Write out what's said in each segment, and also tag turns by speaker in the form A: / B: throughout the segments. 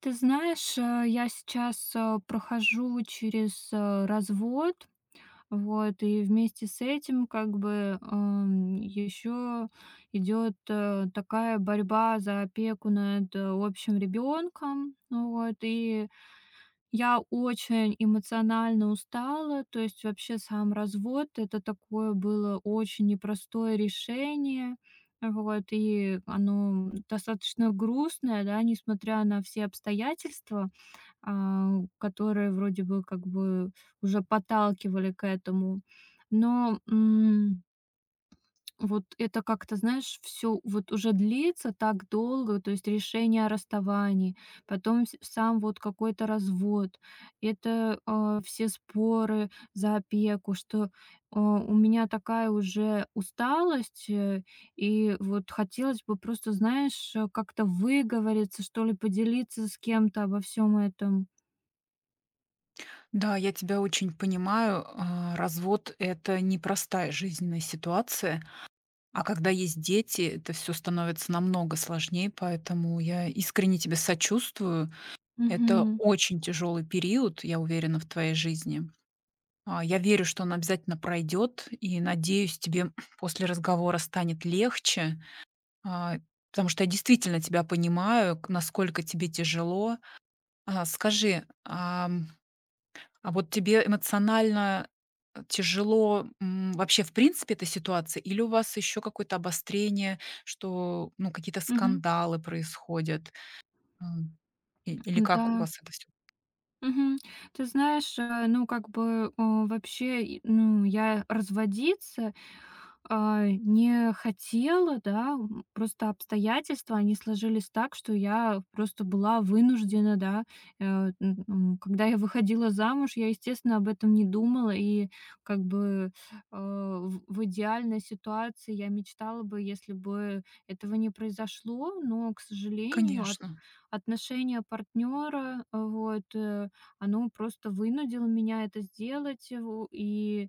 A: Ты знаешь, я сейчас, прохожу через, развод. Вот, и вместе с этим, как бы, еще идет, такая борьба за опеку над, общим ребенком. Вот, и я очень эмоционально устала, то есть вообще сам развод — это такое было очень непростое решение. Вот, и оно достаточно грустное, да, несмотря на все обстоятельства, а, которые вроде бы как бы уже подталкивали к этому. Но, вот это как-то, знаешь, все вот уже длится так долго, то есть решение о расставании, потом с сам вот какой-то развод, это, все споры за опеку, у меня такая уже усталость. И вот хотелось бы просто, знаешь, как-то выговориться, что ли, поделиться с кем-то обо всем этом.
B: Да, я тебя очень понимаю. Развод– это непростая жизненная ситуация, а когда есть дети, это все становится намного сложнее, поэтому я искренне тебе сочувствую. Это
A: Мгм.
B: очень тяжелый период, я уверена, в твоей жизни. Я верю, что он обязательно пройдет, и надеюсь, тебе после разговора станет легче, а, потому что я действительно тебя понимаю, насколько тебе тяжело. Скажи, а вот тебе эмоционально, э, тяжело, вообще в принципе эта ситуация, или у вас еще какое-то обострение, что, ну, какие-то
A: Мгм.
B: скандалы происходят? Э, и или как у
A: Да.
B: вас это всё?
A: Мгм. Ты знаешь, ну, как бы, вообще, и, ну, я разводиться, не хотела, да. Просто обстоятельства, они сложились так, что я просто была вынуждена, да. Когда я выходила замуж, я, естественно, об этом не думала. И, как бы, в идеальной ситуации я мечтала бы, если бы этого не произошло, но, к сожалению, от
B: Конечно.
A: отношения партнера, вот, оно просто вынудило меня это сделать. Во и,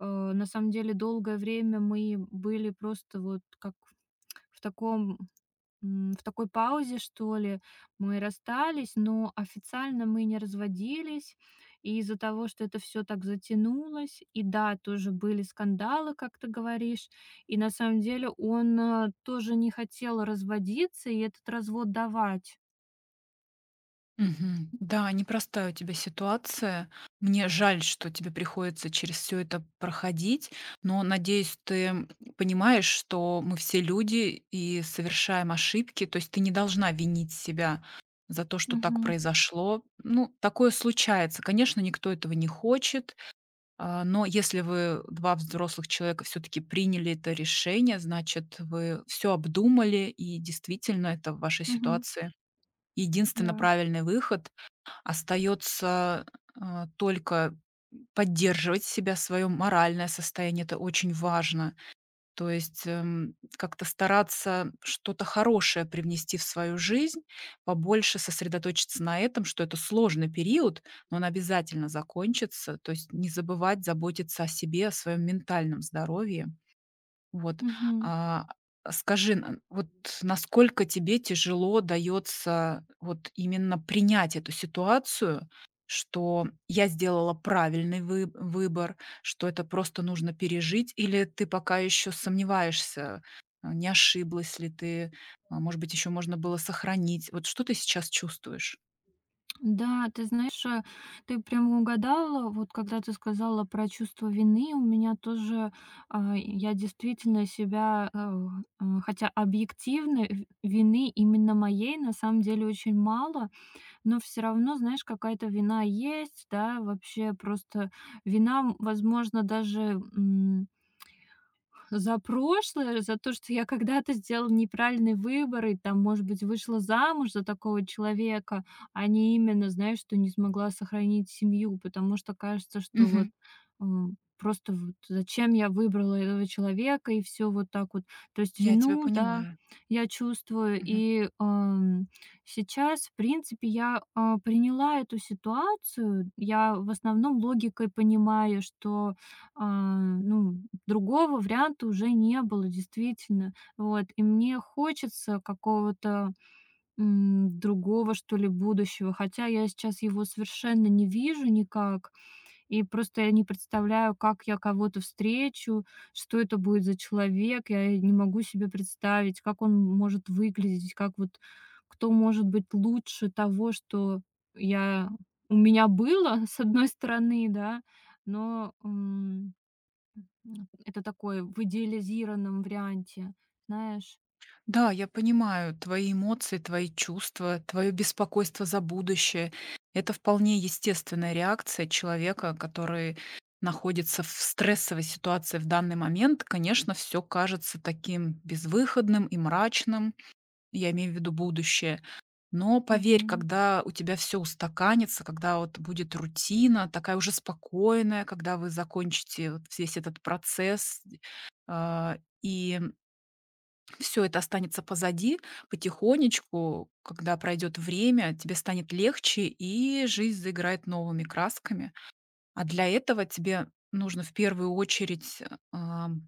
A: э, На самом деле долгое время мы были просто вот как в таком, в такой паузе, что ли. Мы расстались, но официально мы не разводились. И из-за того, что это все так затянулось, и да, тоже были скандалы, как ты говоришь. И на самом деле он, тоже не хотел разводиться и этот развод давать.
B: Мгм. Да, непростая у тебя ситуация. Мне жаль, что тебе приходится через все это проходить, но надеюсь, ты понимаешь, что мы все люди и совершаем ошибки. То есть ты не должна винить себя за то, что так
A: Мгм.
B: произошло. Ну, такое случается. Конечно, никто этого не хочет, а, но если вы, 2 взрослых человека, все таки приняли это решение, значит, вы все обдумали, и действительно, это в вашей
A: Мгм.
B: ситуации единственно
A: Да.
B: правильный выход. Остается только поддерживать себя, свое моральное состояние. Это очень важно. То есть, как-то стараться что-то хорошее привнести в свою жизнь, побольше сосредоточиться на этом, что это сложный период, но он обязательно закончится. То есть не забывать заботиться о себе, о своем ментальном здоровье. Вот,
A: Мгм.
B: а, скажи, н вот насколько тебе тяжело дается вот именно принять эту ситуацию, что я сделала правильный вы выбор, что это просто нужно пережить, или ты пока еще сомневаешься, а, не ошиблась ли ты, а может быть, еще можно было сохранить? Вот что ты сейчас чувствуешь?
A: Да, ты знаешь, ты прямо угадала, вот когда ты сказала про чувство вины, у меня тоже, я действительно себя, хотя объективно вины именно моей на самом деле очень мало, но все равно, знаешь, какая-то вина есть, да, вообще просто вина, возможно, даже за прошлое, за то, что я когда-то сделала неправильный выбор и там, может быть, вышла замуж за такого человека, а не именно, знаешь, что не смогла сохранить семью, потому что кажется, что вот
B: Мгм.
A: просто вот зачем я выбрала этого человека и все вот так вот. То есть
B: Я тебя
A: вину, да,
B: понимаю.
A: я чувствую. И сейчас, в принципе, я, приняла эту ситуацию. Я в основном логикой понимаю, что, а, ну, другого варианта уже не было, действительно. Вот, и мне хочется какого-то, другого, что ли, будущего, хотя я сейчас его совершенно не вижу никак, и просто я не представляю, как я кого-то встречу, что это будет за человек, я не могу себе представить, как он может выглядеть, как вот кто может быть лучше того, что я у меня было. С одной стороны, да, но, это такой в идеализированном варианте, знаешь.
B: Да, я понимаю твои эмоции, твои чувства, твое беспокойство за будущее. Это вполне естественная реакция человека, который находится в стрессовой ситуации в данный момент. Конечно, все кажется таким безвыходным и мрачным, я имею в виду будущее. Но поверь,
A: Мгм.
B: когда у тебя все устаканится, когда вот будет рутина такая уже спокойная, когда вы закончите вот весь этот процесс, а, и все это останется позади. Потихонечку, когда пройдет время, тебе станет легче, и жизнь заиграет новыми красками. А для этого тебе нужно в первую очередь простить,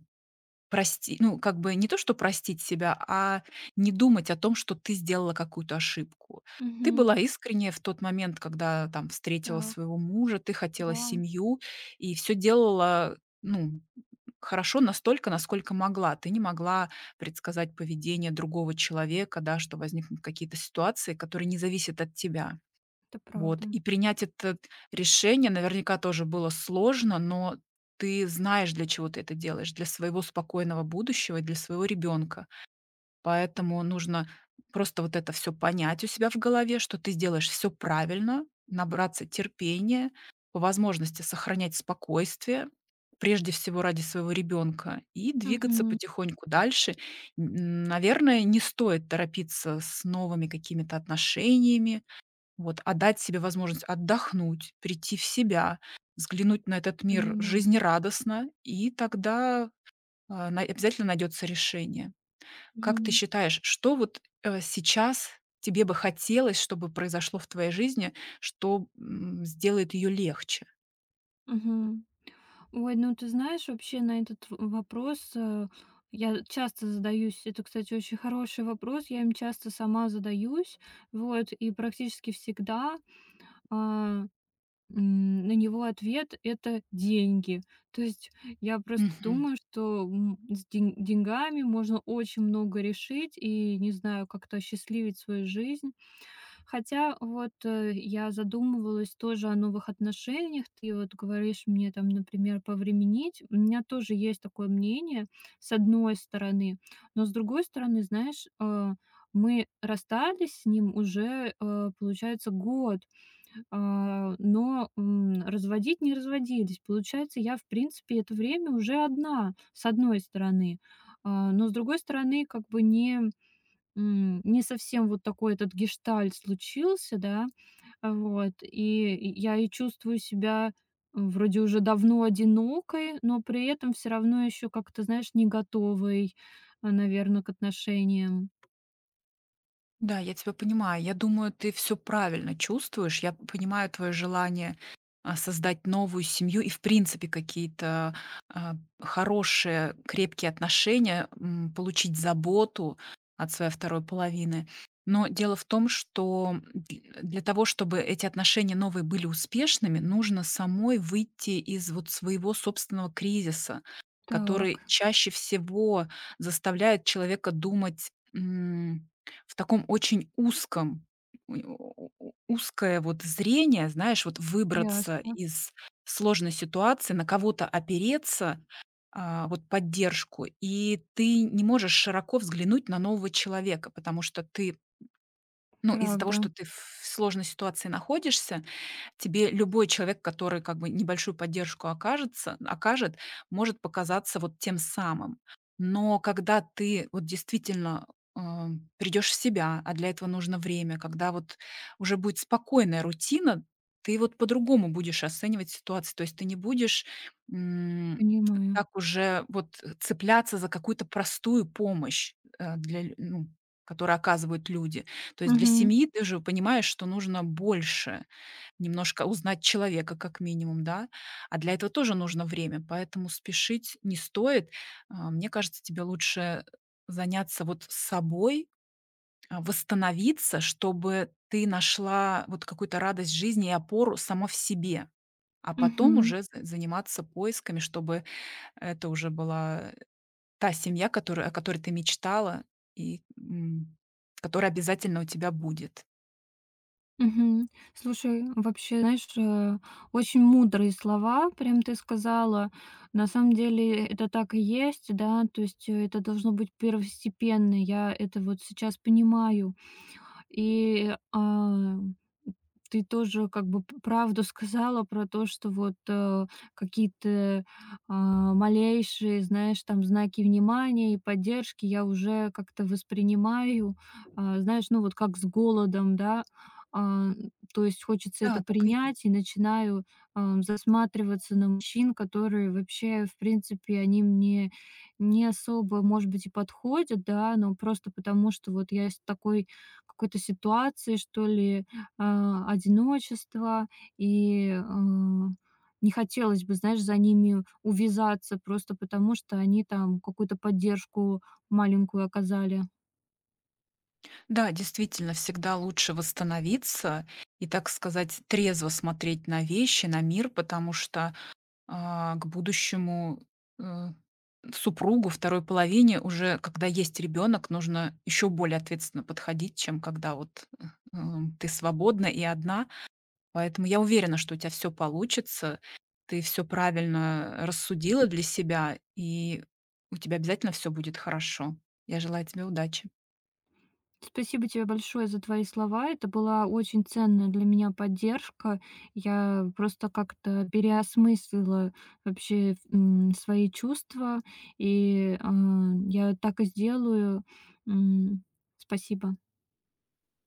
B: ну, как бы не то, что простить себя, а не думать о том, что ты сделала какую-то ошибку. Ты
A: Мгм.
B: была искренняя в тот момент, когда там встретила
A: Так,
B: своего мужа, ты хотела
A: да,
B: семью и все делала, ну, хорошо настолько, насколько могла. Ты не могла предсказать поведение другого человека, да, что возникнут какие-то ситуации, которые не зависят от тебя.
A: это
B: Вот.
A: правда.
B: И принять это решение наверняка тоже было сложно, но ты знаешь, для чего ты это делаешь, для своего спокойного будущего и для своего ребенка. Поэтому нужно просто вот это все понять у себя в голове, что ты сделаешь все правильно, набраться терпения, по возможности сохранять спокойствие, прежде всего ради своего ребенка, и двигаться
A: Мгм.
B: потихоньку дальше. Н Наверное, не стоит торопиться с новыми какими-то отношениями, вот, а дать себе возможность отдохнуть, прийти в себя, взглянуть на этот мир
A: Понимаю.
B: жизнерадостно, и тогда, а, на обязательно найдется решение. Как ты
A: Мгм.
B: считаешь, что вот, э, сейчас тебе бы хотелось, чтобы произошло в твоей жизни, что, м, сделает ее легче?
A: Мгм. Ой, ну ты знаешь, вообще на этот в вопрос, я часто задаюсь. Это, кстати, очень хороший вопрос. Я им часто сама задаюсь. Вот, и практически всегда, а на него ответ — это деньги. То есть я просто думаю, что, с деньгами можно очень много решить и, не знаю, как-то осчастливить свою жизнь. Хотя вот, я задумывалась тоже о новых отношениях. Ты вот говоришь мне там, например, повременить. У меня тоже есть такое мнение, с одной стороны. Но с другой стороны, знаешь, мы расстались с ним уже, получается, год. А, но, разводить не разводились. Получается, я, в принципе, это время уже одна, с одной стороны. А, но с другой стороны, как бы не совсем вот такой этот гештальт случился, да. Вот, и я чувствую себя, вроде уже давно одинокой, но при этом все равно еще как-то, знаешь, не готовой, наверно, к отношениям.
B: Да, я тебя понимаю. Я думаю, ты все правильно чувствуешь. Я понимаю твое желание, а, создать новую семью и, в принципе, какие-то, а, хорошие, крепкие отношения, получить заботу от своей второй половины. Но дело в том, что дл для того, чтобы эти отношения новые были успешными, нужно самой выйти из вот своего собственного кризиса,
A: Так,
B: который чаще всего заставляет человека думать, м в таком очень узком у узкое вот зрение, знаешь, вот выбраться
A: ясно.
B: из сложной ситуации, на кого-то опереться, вот поддержку, и ты не можешь широко взглянуть на нового человека, потому что ты, ну, из-за того,
A: Правда,
B: что ты в сложной ситуации находишься, тебе любой человек, который как бы небольшую поддержку окажет, может показаться вот тем самым. Но когда ты вот действительно а, придешь в себя, а для этого нужно время, когда вот уже будет спокойная рутина, ты вот по-другому будешь оценивать ситуацию. То есть ты не будешь, м,
A: понимаю.
B: так уже вот цепляться за какую-то простую помощь, э, для лю ну, которую оказывают люди. То есть для
A: Угу.
B: семьи ты же понимаешь, что нужно больше. Немножко узнать человека как минимум, да. А для этого тоже нужно время, поэтому спешить не стоит. А, мне кажется, тебе лучше заняться вот собой, а, восстановиться, чтобы ты нашла вот какую-то радость жизни и опору сама в себе, а потом
A: Мгм.
B: уже за заниматься поисками, чтобы это уже была та семья, которая о которой ты мечтала и, м, которая обязательно у тебя будет.
A: Мгм. Слушай, вообще, знаешь, очень мудрые слова прям ты сказала. На самом деле это так и есть, да, то есть, это должно быть первостепенно. Я это вот сейчас понимаю. И, ты тоже как бы п правду сказала про то, что вот, какие-то, малейшие, знаешь, там знаки внимания и поддержки я уже как-то воспринимаю, знаешь, ну, вот как с голодом, да. А, То есть хочется это
B: Да, так и есть.
A: принять и начинаю, засматриваться на мужчин, которые вообще, в принципе, они мне не особо, может быть, и подходят, да, но просто потому, что вот я с такой какой-то ситуации, что ли, одиночества, и, не хотелось бы, знаешь, за ними увязаться просто потому, что они там какую-то поддержку маленькую оказали.
B: Да, действительно, всегда лучше восстановиться и, так сказать, трезво смотреть на вещи, на мир, потому что к будущему э, супругу, второй половине, уже когда есть ребенок, нужно еще более ответственно подходить, чем когда ты свободна и одна. Поэтому я уверена, что у тебя все получится, ты все правильно рассудила для себя, и у тебя обязательно все будет хорошо. Я желаю тебе удачи.
A: Спасибо тебе большое за твои слова. Это была очень ценная для меня поддержка. Я просто как-то переосмыслила вообще, свои чувства, и, я так и сделаю. М, Спасибо.